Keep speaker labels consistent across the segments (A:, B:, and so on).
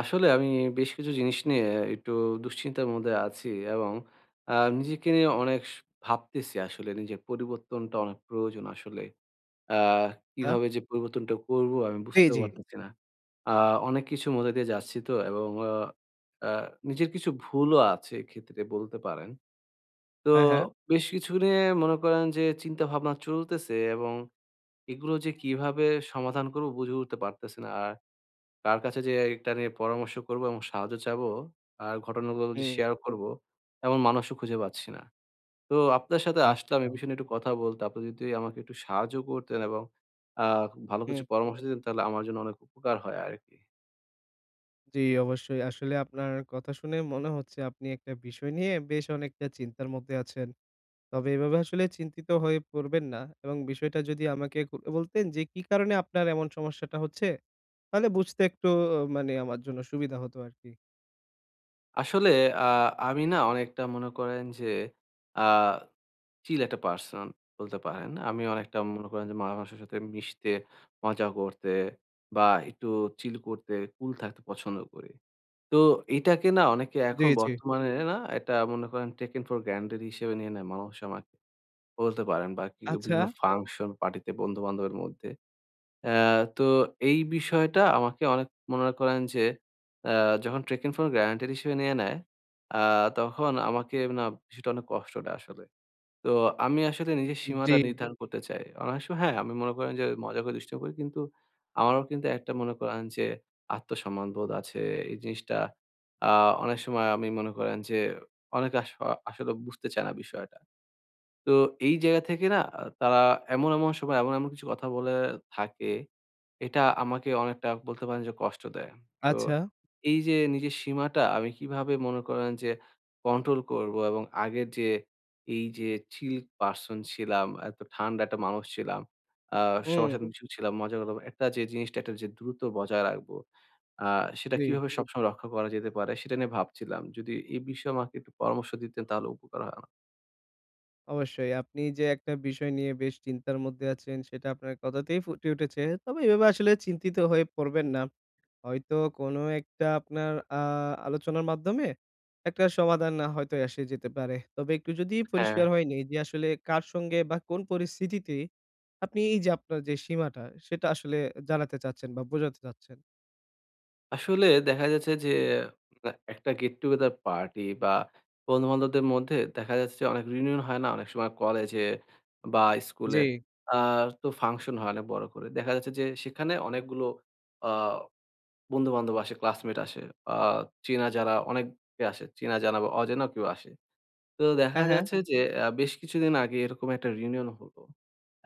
A: আসলে আমি বেশ কিছু জিনিস নিয়ে একটু দুশ্চিন্তার মধ্যে আছি এবং আ নিজেকে নিয়ে অনেক ভাবতেছি আসলে নিজের পরিবর্তনটা অনেক প্রয়োজন আসলে। আ
B: আচ্ছা।
A: কিভাবে যে পরিবর্তনটা করব আমি
B: জি,
A: বুঝতেও
B: জি।
A: পারতেছি না। আ অনেক কিছুর মধ্যে দিয়ে যাচ্ছি তো এবং আ আ নিজের কিছু ভুলও আছে এক্ষেত্রে বলতে পারেন। তো
B: হ্যাঁ, হ্যাঁ।
A: বেশ কিছু নিয়ে মনে করেন যে চিন্তা ভাবনা চলতেছে এবং এগুলো যে কিভাবে সমাধান করব বুঝে উঠতে পারতেছি না। আর তার কাছে যে এটা নিয়ে পরামর্শ করবো এবং সাহায্য চাবো আর ঘটনাগুলো যে
B: হুম।
A: শেয়ার করবো, এমন মানুষও খুঁজে পাচ্ছি না। তো আপনার সাথে আসলাম
B: আচ্ছা।
A: এই বিষয় নিয়ে একটু কথা বলতে। আপনি যদি আমাকে একটু সাহায্য করতেন এবং আ ভালো কিছু
B: হুম।
A: পরামর্শ দিতেন তাহলে আমার জন্য অনেক উপকার হয় আরকি।
B: জি, অবশ্যই। আসলে আপনার কথা শুনে মনে হচ্ছে আপনি একটা বিষয় নিয়ে বেশ অনেকটা চিন্তার মধ্যে আছেন। তবে এভাবে আসলে চিন্তিত হয়ে পড়বেন না এবং বিষয়টা যদি আমাকে খুলে বলতেন যে কি কারণে আপনার এমন সমস্যাটা হচ্ছে? তাহলে বুঝতে একটু মানে আমার জন্য সুবিধা হতো আরকি।
A: আসলে আ আমি না অনেকটা মনে করেন যে আ chill একটা পারসন বলতে পারেন। আমি অনেকটা মনে করেন যে মানুষের সাথে মিশতে, মজা করতে বা একটু chill করতে, cool থাকতে পছন্দ করি। তো এটাকে না অনেকে
B: জি,
A: এখন
B: জি।
A: বর্তমানে না এটা মনে করেন taken for granted হিসেবে নিয়ে নেয় মানুষ আমাকে বলতে পারেন বা কি
B: আচ্ছা।
A: বিভিন্ন ফাংশন, পার্টিতে বন্ধু-বান্ধবের মধ্যে। অ্যা তো এই বিষয়টা আমাকে অনেক মনে করেন যে অ্যা যখন taken for granted হিসেবে নিয়ে নেয়, আ তখন আমাকে না বিষয়টা অনেক কষ্ট দেয় আসলে। তো আমি আসলে নিজের
B: জি,
A: সীমাটা হুম, হুম। নির্ধারণ করতে চাই। অনেক সময় হ্যাঁ, আমি মনে করেন যে মজা করে দুষ্টুমি করি। কিন্তু আমারও কিন্তু একটা মনে করেন যে আত্মসম্মান বোধ আছে। এই জিনিসটা আ অনেক সময় আমি মনে করেন যে অনেকে আস আসলে বুঝতে চায় না বিষয়টা। তো এই জায়গা থেকে না তারা এমন সময় এমন কিছু কথা বলে থাকে এটা আমাকে অনেকটা বলতে পারেন যে কষ্ট দেয়। তো
B: আচ্ছা।
A: এই যে নিজের সীমাটা আমি কিভাবে মনে করেন যে কন্ট্রোল করবো এবং আগের যে এই যে chill person ছিলাম, এত ঠান্ডা একটা মানুষ ছিলাম। আ
B: হুম।
A: সবার সাথে মিশেও ছিলাম, মজা করলাম। একটা যে জিনিসটা একটা যে দ্রুত বজায় রাখবো। আ সেটা
B: জি।
A: কিভাবে সবসময় রক্ষা করা যেতে পারে সেটা নিয়ে ভাবছিলাম। যদি এই বিষয়ে আমাকে একটু পরামর্শ দিতেন তাহলে উপকার হয় আমার।
B: অবশ্যই। আপনি যে একটা বিষয় নিয়ে বেশ চিন্তার মধ্যে আছেন সেটা আপনার কথাতেই ফুটে উঠেছে। তবে এভাবে আসলে চিন্তিত হয়ে পড়বেন না। হয়তো কোনো একটা আপনার আলোচনার মাধ্যমে একটা সমাধান না হয়তো এসে যেতে পারে। তবে একটু যদি
A: হ্যাঁ।
B: পরিষ্কার হয় নেই যে আসলে কার সঙ্গে বা কোন পরিস্থিতিতে আপনি এই যে আপনার যে সীমাটা সেটা আসলে জানাতে চাচ্ছেন বা বোঝাতে চাচ্ছেন?
A: আসলে দেখা যাচ্ছে যে একটা get together পার্টি বা বন্ধু-বান্ধবদের মধ্যে দেখা যাচ্ছে যে অনেক reunion হয় না অনেক সময় কলেজে বা
B: জি।
A: স্কুলে। আ তো ফাংশন হয় অনেক বড় করে। দেখা যাচ্ছে যে সেখানে অনেকগুলো আ বন্ধু-বান্ধব আসে, ক্লাসমেট আসে, আ চেনা যারা অনেকে আসে। চেনা জানা বা অচেনা কেউ আসে। তো দেখা
B: হ্যাঁ, হ্যাঁ।
A: যাচ্ছে আচ্ছা। যে বেশ কিছুদিন আগে এরকম একটা reunion হলো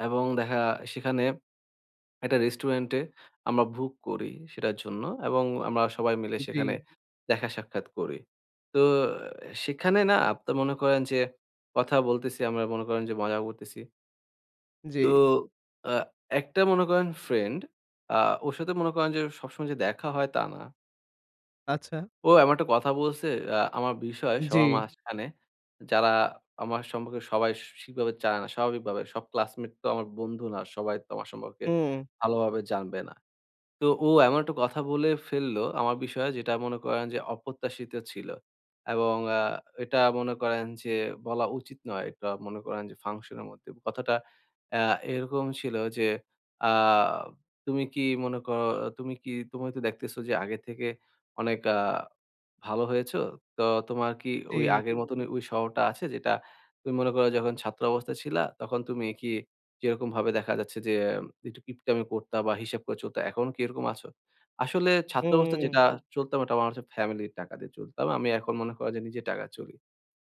A: এবং সেখানে একটা রেস্টুরেন্টে আমরা বুক করি সেটার জন্য এবং আমরা সবাই মিলে
B: জি।
A: সেখানে দেখা সাক্ষাৎ করি। তো সেখানে না আপনি মনে করেন যে কথা বলতেছি, আমরা মনে করেন যে মজা করতেছি।
B: জি।
A: তো আ একটা মনে করেন ফ্রেন্ড আ ওর সাথে মনে করেন যে সবসময় যে দেখা হয় তা না।
B: আচ্ছা।
A: ও এমন একটা কথা বলছে আমার বিষয়
B: জি।
A: সবার মাঝখানে যারা আমার সম্পর্কে সবাই ঠিকভাবে জানে না স্বাভাবিকভাবে। সব ক্লাসমেট তো আমার বন্ধু না। সবাই তো আমার সম্পর্কে
B: হুম।
A: ভালোভাবে জানবে না। তো ও এমন একটা কথা বলে ফেললো আমার বিষয়ে যেটা মনে করেন যে অপ্রত্যাশিত ছিল। এবং এটা মনে করেন যে বলা উচিত নয়। এটা মনে করেন যে ফাংশনের মধ্যে। কথাটা আ এরকম ছিল যে আ তুমি কি মনে করো তুমি কি তুমি তো দেখতেছো যে আগে থেকে অনেক ভালো হয়েছো। তো তোমার কি
B: জি।
A: ওই আগের মতনই ওই শহরটা আছে যেটা তুমি মনে করো যখন ছাত্র অবস্থায় ছিলা তখন তুমি কি যেরকমভাবে দেখা যাচ্ছে যে একটু কিপটামি করতা বা হিসাব করে চলতা, এখন কি এরকম আছো? আসলে ছাত্র
B: হুম,
A: অবস্থায় যেটা
B: হুম।
A: চলতাম ওটা আমার হচ্ছে ফ্যামিলির টাকা দিয়ে চলতাম। আমি এখন মনে করেন যে নিজের টাকায় চলি।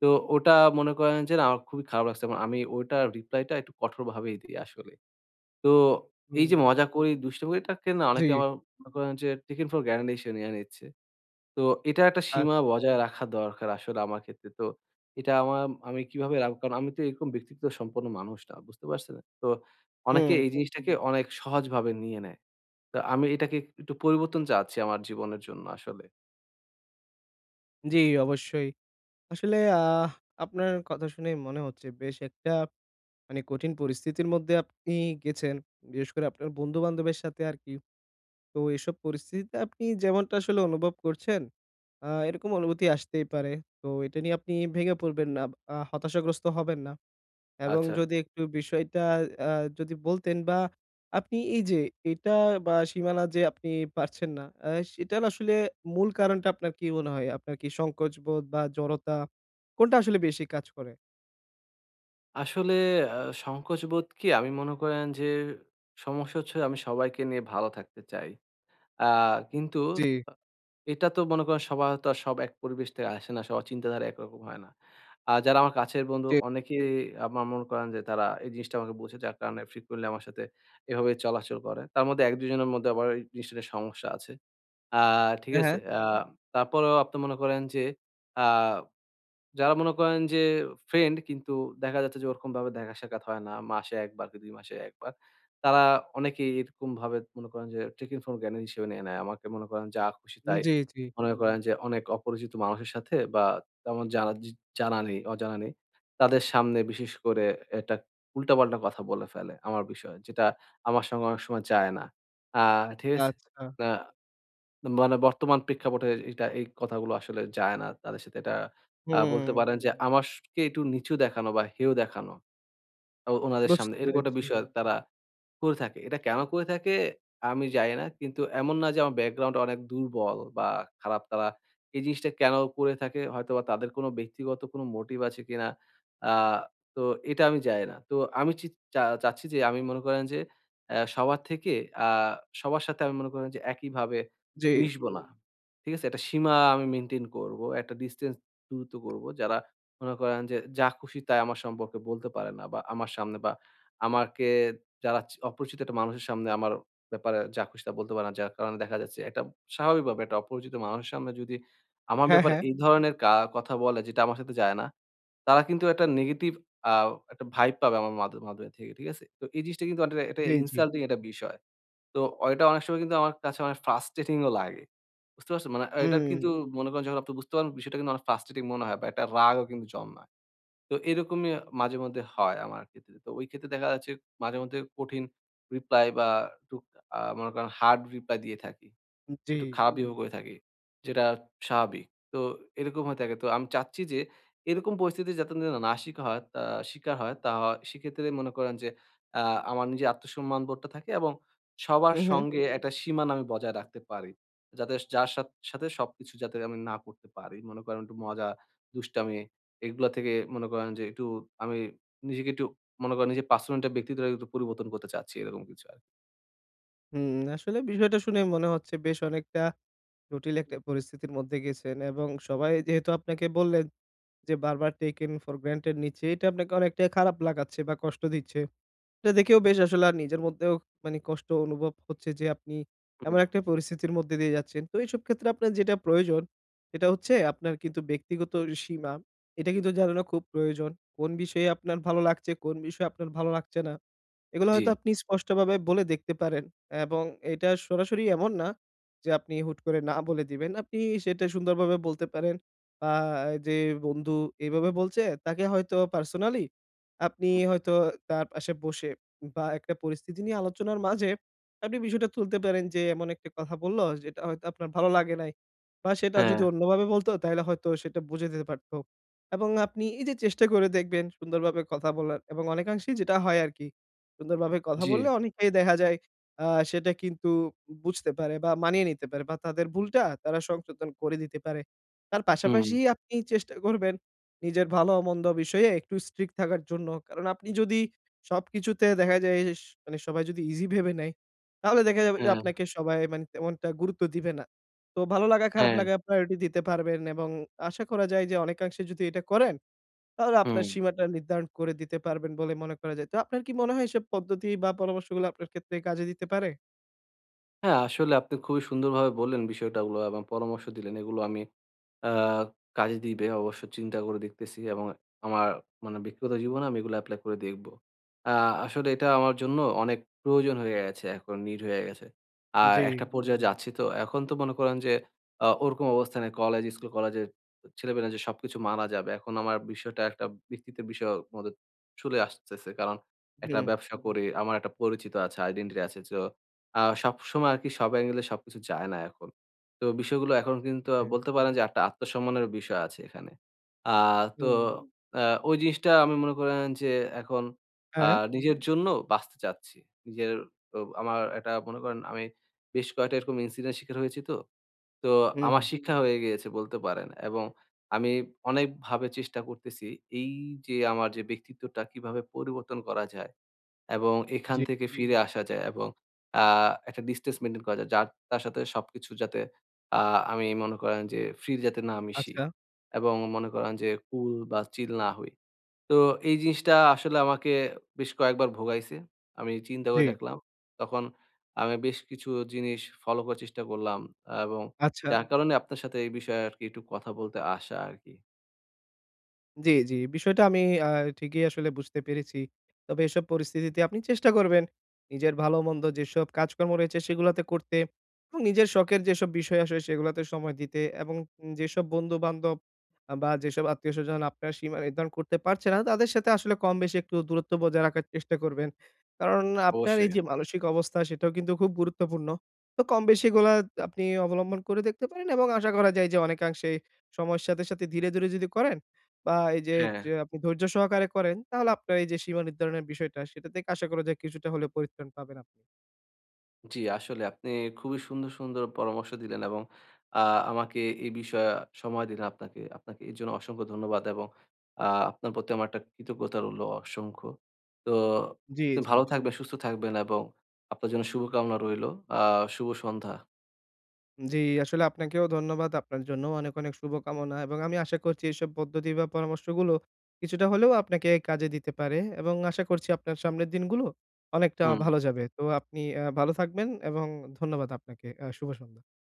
A: তো ওটা মনে করেন যে না আমার খুবই খারাপ লাগছে। এবং আমি ওইটার রিপ্লাইটা একটু কঠোরভাবেই দিই আসলে। তো এই
B: হুম।
A: যে মজা করি, দুষ্টামি করি এটাকে না
B: জি।
A: অনেকে আমার মনে করেন যে taken for granted হিসেবে নিয়ে নিচ্ছে। তো এটার একটা
B: আ
A: সীমা বজায় রাখা দরকার আসলে আমার ক্ষেত্রে। তো এটা আমার আমি কিভাবে রাখব? কারণ আমি তো এরকম ব্যক্তিত্ব সম্পন্ন মানুষ না। বুঝতে পারছেন? তো অনেকে
B: হুম।
A: এই জিনিসটাকে অনেক সহজভাবে নিয়ে নেয়। তো আমি এটাকে একটু পরিবর্তন চাচ্ছি আমার জীবনের জন্য আসলে।
B: জি, অবশ্যই। আসলে আপনার কথা শুনে মনে হচ্ছে বেশ একটা মানে কঠিন পরিস্থিতির মধ্যে আপনি গেছেন। বিশেষ করে আপনার বন্ধু-বান্ধবের সাথে আরকি। তো এসব পরিস্থিতিতে আপনি যেমনটা আসলে অনুভব করছেন, এরকম অনুভূতি আসতেই পারে। তো এটা নিয়ে আপনি ভেঙে পড়বেন না, হতাশাগ্রস্ত হবেন না। এবং
A: আচ্ছা।
B: যদি একটু বিষয়টা আ যদি বলতেন বা আপনি এই যে এটা বা সীমানা যে আপনি পারছেন না, সেটার আসলে মূল কারণটা আপনার কি মনে হয়? আপনার কি সংকোচবোধ বা জড়তা কোনটা আসলে বেশি কাজ করে?
A: আসলে আ সংকোচবোধ কি আমি মনে করেন যে সমস্যা হচ্ছে আমি সবাইকে নিয়ে ভালো থাকতে চাই। আ কিন্তু
B: জি,
A: এটা তো মনে করেন সবার তো আর সব এক পরিবেশ থেকে আসে না, সবার চিন্তাধারা একরকম হয় না। আর যারা আমার কাছের বন্ধু
B: জি।
A: অনেকেই আমার মনে করেন যে তারা এই জিনিসটা আমাকে বোঝে যার কারণে frequently আমার সাথে এভাবে চলাচল করে। তার মধ্যে ১-২ জনের মধ্যে আবার এই জিনিসটা নিয়ে সমস্যা আছে। আ ঠিক
B: হ্যাঁ, হ্যাঁ।
A: আছে? তারপরেও আপনি মনে করেন যে আ যারা মনে করেন যে ফ্রেন্ড কিন্তু দেখা যাচ্ছে যে ওরকমভাবে দেখা সাক্ষাৎ হয় না। মাসে ১ বার কি ২ মাসে ১ বার। তারা অনেকেই এরকমভাবে মনে করেন যে টেকিং ফর গ্রান্টেড হিসেবে নিয়ে নেয়। আমাকে মনে করেন যা খুশি তাই
B: জি, জি।
A: মনে করেন যে অনেক অপরিচিত মানুষের সাথে বা তেমন যারা জানা নেই, অজানা নেই, তাদের সামনে বিশেষ করে এটা উল্টাপাল্টা কথা বলে ফেলে আমার বিষয়ে। যেটা আমার সঙ্গে অনেক সময় যায় না। আ ঠিক আছে?
B: আচ্ছা।
A: আ মানে বর্তমান প্রেক্ষাপটে এটা এই কথাগুলো আসলে যায় না তাদের সাথে। এটা
B: হুম,
A: বলতে পারেন যে আমারকে একটু নিচু দেখানো বা হেয় দেখানো ও উনাদের
B: বুঝতে
A: সামনে। এরকম একটা
B: পেরেছি।
A: বিষয় তারা করে থাকে। এটা কেন করে থাকে আমি জানি না। কিন্তু এমন না যে আমার ব্যাকগ্রাউন্ড অনেক দুর্বল বা খারাপ। তারা এই জিনিসটা কেন করে থাকে হয়তোবা তাদের কোনো ব্যক্তিগত কোনো মোটিভ আছে কিনা আ তো এটা আমি জানি না। তো আমি চি চা চাচ্ছি যে আমি মনে করেন যে সবার থেকে আ সবার সাথে আমি মনে করেন যে একইভাবে
B: জি।
A: মিশবো না। হুম। ঠিক আছে? একটা সীমা আমি মেইনটেইন করবো। একটা ডিসট্যান্স দূরত্ব করবো। যারা মনে করেন যে যা খুশি তাই আমার সম্পর্কে বলতে পারে না বা আমার সামনে বা আমাকে যারা চি অপরিচিত একটা মানুষের সামনে আমার ব্যাপারে যা খুশি তা বলতে পারে না। যার কারণে দেখা যাচ্ছে একটা স্বাভাবিকভাবে একটা অপরিচিত মানুষের সামনে যদি আমার
B: হ্যাঁ,
A: ব্যাপারে
B: হ্যাঁ।
A: এই ধরনের কথা বলে যেটা আমার সাথে যায় না, তারা কিন্তু একটা নেগেটিভ আ একটা ভাইব পাবে আমার মাধ্যমে থেকে। ঠিক আছে? তো এই জিনিসটা কিন্তু অনেকটা একটা
B: জি, জি।
A: ইনসাল্টিং একটা বিষয়। তো এটা অনেক সময় কিন্তু আমার কাছে অনেক ফ্রাস্ট্রেটিং ও লাগে। বুঝতে পারছেন? মানে এটা
B: হুম,
A: কিন্তু মনে করেন যখন আপনি বুঝতে পারেন বিষয়টা কিন্তু অনেক ফ্রাস্ট্রেটিং মনে হয় বা একটা রাগও কিন্তু জন্মায়। তো এরকমই মাঝেমধ্যে হয় আমার ক্ষেত্রে। তো ওই ক্ষেত্রে দেখা যাচ্ছে মাঝেমধ্যে কঠিন রিপ্লাই বা টুক আ মনে করেন হার্ড রিপ্লাই দিয়ে থাকি।
B: জি।
A: একটু খারাপ বিহেভ করে থাকি। যেটা স্বাভাবিক। তো এরকম হয়ে থাকে। তো আমি চাচ্ছি যে এরকম পরিস্থিতি যাতে না না শিখা হয় আ শিকার হয় সেক্ষেত্রে মনে করেন যে আ আমার নিজের আত্মসম্মান বোধটা থাকে এবং সবার
B: হুম, হুম।
A: সঙ্গে একটা সীমানা আমি বজায় রাখতে পারি। যাতে যার সাথে সবকিছু যাতে আমি না করতে পারি। মনে করেন একটু মজা, দুষ্টামি এগুলা থেকে মনে করেন যে একটু আমি নিজেকে একটু মনে করেন নিজের পার্সোনালিটি ব্যক্তিত্বটাকে একটু পরিবর্তন করতে চাচ্ছি এরকম কিছু আরকি।
B: হুম, আসলে বিষয়টা শুনে মনে হচ্ছে বেশ অনেকটা জটিল একটা পরিস্থিতির মধ্যে গেছেন এবং সবাই যেহেতু আপনাকে বললেন যে বারবার taken for granted নিচ্ছে, এটা আপনাকে অনেকটাই খারাপ লাগাচ্ছে বা কষ্ট দিচ্ছে। এটা দেখেও বেশ আসলে আর নিজের মধ্যেও মানে কষ্ট অনুভব হচ্ছে যে আপনি এমন
A: হুম,
B: একটা পরিস্থিতির মধ্যে দিয়ে যাচ্ছেন। তো এইসব ক্ষেত্রে আপনার যেটা প্রয়োজন, সেটা হচ্ছে আপনার কিন্তু ব্যক্তিগত সীমা, এটা কিন্তু জানানো খুব প্রয়োজন। কোন বিষয়ে আপনার ভালো লাগছে, কোন বিষয়ে আপনার ভালো লাগছে না। এগুলো
A: জি।
B: হয়তো আপনি স্পষ্টভাবে বলে দেখতে পারেন এবং এটা সরাসরি এমন না যে আপনি হুট করে না বলে দিবেন। আপনি সেটা সুন্দরভাবে বলতে পারেন বা যে বন্ধু এভাবে বলছে তাকে হয়তো পার্সোনালি আপনি
A: হুম,
B: হয়তো তার পাশে বসে বা একটা পরিস্থিতি নিয়ে আলোচনার মাঝে আপনি বিষয়টা তুলতে পারেন যে এমন একটা কথা বলল যেটা হয়তো আপনার ভালো লাগে নাই বা সেটা
A: হ্যাঁ,
B: যদি অন্যভাবে বলতো তাহলে হয়তো সেটা বুঝে যেতে পারতো এবং আপনি এই যে চেষ্টা করে দেখবেন সুন্দরভাবে কথা বলার এবং অনেকাংশেই যেটা হয় আরকি সুন্দরভাবে কথা
A: জি।
B: বললে অনেকেই দেখা যায় সেটা কিন্তু বুঝতে পারে বা মানিয়ে নিতে পারে বা তাদের ভুলটা তারা সংশোধন করে দিতে পারে। তার
A: হুম।
B: পাশাপাশি আপনি চেষ্টা করবেন নিজের ভালো-মন্দ বিষয়ে একটু স্ট্রিক্ট থাকার জন্য। কারণ আপনি যদি সবকিছুতে দেখা যায় মানে সবাই যদি ইজি ভেবে নেয়, তাহলে দেখা যাবে যে
A: হ্যাঁ,
B: আপনাকে সবাই মানে তেমনটা গুরুত্ব দিবে না। তো ভালো লাগা খারাপ
A: হ্যাঁ,
B: লাগা প্রায়োরিটি দিতে পারবেন এবং আশা করা যায় যে অনেকাংশে যদি এটা করেন আর আপনার
A: হুম।
B: সীমাটা নির্ধারণ করে দিতে পারবেন বলে মনে করা যায়। তো আপনার কি মনে হয় এসব পদ্ধতি বা পরামর্শগুলো আপনার ক্ষেত্রে কাজে দিতে পারে?
A: হ্যাঁ, আসলে আপনি খুবই সুন্দরভাবে বললেন বিষয়টাগুলো এবং পরামর্শ দিলেন। এগুলো আমি আ কাজে দিবে। অবশ্য চিন্তা করে দেখতেছি এবং আমার মানে ব্যক্তিগত জীবনে আমি এগুলো এপ্লাই করে দেখব। আ আসলে এটা আমার জন্য অনেক প্রয়োজন হয়ে গেছে এখন, নিড হয়ে গেছে। আর
B: জি,
A: একটা পর্যায়ে যাচ্ছি তো। এখন তো মনে করেন যে ওরকম অবস্থানে কলেজ, স্কুল, কলেজের ছেলেপেলে যে সবকিছু মানা যাবে। এখন আমার বিষয়টা একটা ব্যক্তিত্বের বিষয়ের মধ্যে চলে আসতেছে। কারণ একটা
B: হুম,
A: ব্যবসা করি, আমার একটা পরিচিত আছে, আইডেন্টিটি আছে। তো আ সবসময় আরকি সব অ্যাঙ্গেলে সবকিছু যায় না এখন। তো বিষয়গুলো এখন কিন্তু
B: জি,
A: বলতে পারেন যে একটা আত্মসম্মানের বিষয় আছে এখানে। আ তো
B: হুম,
A: আ ওই জিনিসটা আমি মনে করেন যে এখন আ
B: হ্যাঁ,
A: নিজের জন্য বাঁচতে চাচ্ছি। নিজের ও আমার একটা মনে করেন আমি বেশ কয়েকটা এরকম ইনসিডেন্ট শিকার হয়েছি তো। তো
B: হুম,
A: আমার
B: হুম,
A: শিক্ষা হয়ে গিয়েছে বলতে পারেন এবং আমি অনেকভাবে চেষ্টা করতেছি এই যে আমার যে ব্যক্তিত্বটা কিভাবে পরিবর্তন করা যায়? এবং এখান
B: জি,
A: থেকে ফিরে আসা যায় এবং আ একটা ডিসট্যান্স মেইনটেইন করা যায়। যার তার সাথে সবকিছু যাতে আ আমি মনে করেন যে ফ্রি যাতে না মিশি
B: আচ্ছা,
A: এবং মনে করেন যে কুল বা চিল না হই। তো এই জিনিসটা আসলে আমাকে বেশ কয়েকবার ভোগাইছে। আমি চিন্তা
B: জি,
A: করে দেখলাম। তখন আমি বেশ কিছু জিনিস ফলো করার চেষ্টা করলাম এবং
B: আচ্ছা।
A: যার কারণে আপনার সাথে এই বিষয়ে আরকি একটু কথা বলতে আসা আরকি।
B: জি, জি। বিষয়টা আমি আ ঠিকই আসলে বুঝতে পেরেছি। তবে এসব পরিস্থিতিতে আপনি চেষ্টা করবেন নিজের ভালো-মন্দ যেসব কাজকর্ম রয়েছে সেগুলাতে করতে এবং নিজের শখের যেসব বিষয় আসে সেগুলাতে সময় দিতে এবং যেসব বন্ধু-বান্ধব বা যেসব আত্মীয়স্বজন আপনার সীমা নির্ধারণ করতে পারছে না, তাদের সাথে আসলে কম বেশি একটু দূরত্ব বজায় রাখার চেষ্টা করবেন। কারণ আপনার এই
A: অবশ্যই।
B: যে মানসিক অবস্থা সেটাও কিন্তু খুব গুরুত্বপূর্ণ। তো কম বেশি এগুলা আপনি অবলম্বন করে দেখতে পারেন এবং আশা করা যায় যে অনেকাংশে সময়ের সাথে, সাথে ধীরে, ধীরে যদি করেন বা এই যে,
A: হ্যাঁ।
B: যে আপনি ধৈর্য সহকারে করেন, তাহলে আপনার এই যে সীমা নির্ধারণের বিষয়টা, সেটা থেকে আশা করা যায় কিছুটা হলেও পরিত্রাণ পাবেন আপনি।
A: জি, আসলে আপনি খুবই সুন্দর, সুন্দর পরামর্শ দিলেন এবং আ আমাকে এই বিষয়ে সময় দিলেন আপনাকে। আপনাকে এর জন্য অসংখ্য ধন্যবাদ এবং আ আপনার প্রতি আমার একটা কৃতজ্ঞতা রইল অসংখ্য। তো
B: জি,
A: আপনি
B: জি।
A: ভালো থাকবেন, সুস্থ থাকবেন এবং আপনার জন্য শুভকামনা রইল। আ শুভ সন্ধ্যা।
B: জি, আসলে আপনাকেও ধন্যবাদ। আপনার জন্যও অনেক, অনেক শুভকামনা এবং আমি আশা করছি এইসব পদ্ধতি বা পরামর্শগুলো কিছুটা হলেও আপনাকে কাজে দিতে পারে এবং আশা করছি আপনার সামনের দিনগুলো অনেকটা
A: হুম।
B: ভালো যাবে। তো আপনি ভালো থাকবেন এবং ধন্যবাদ আপনাকে। শুভ সন্ধ্যা।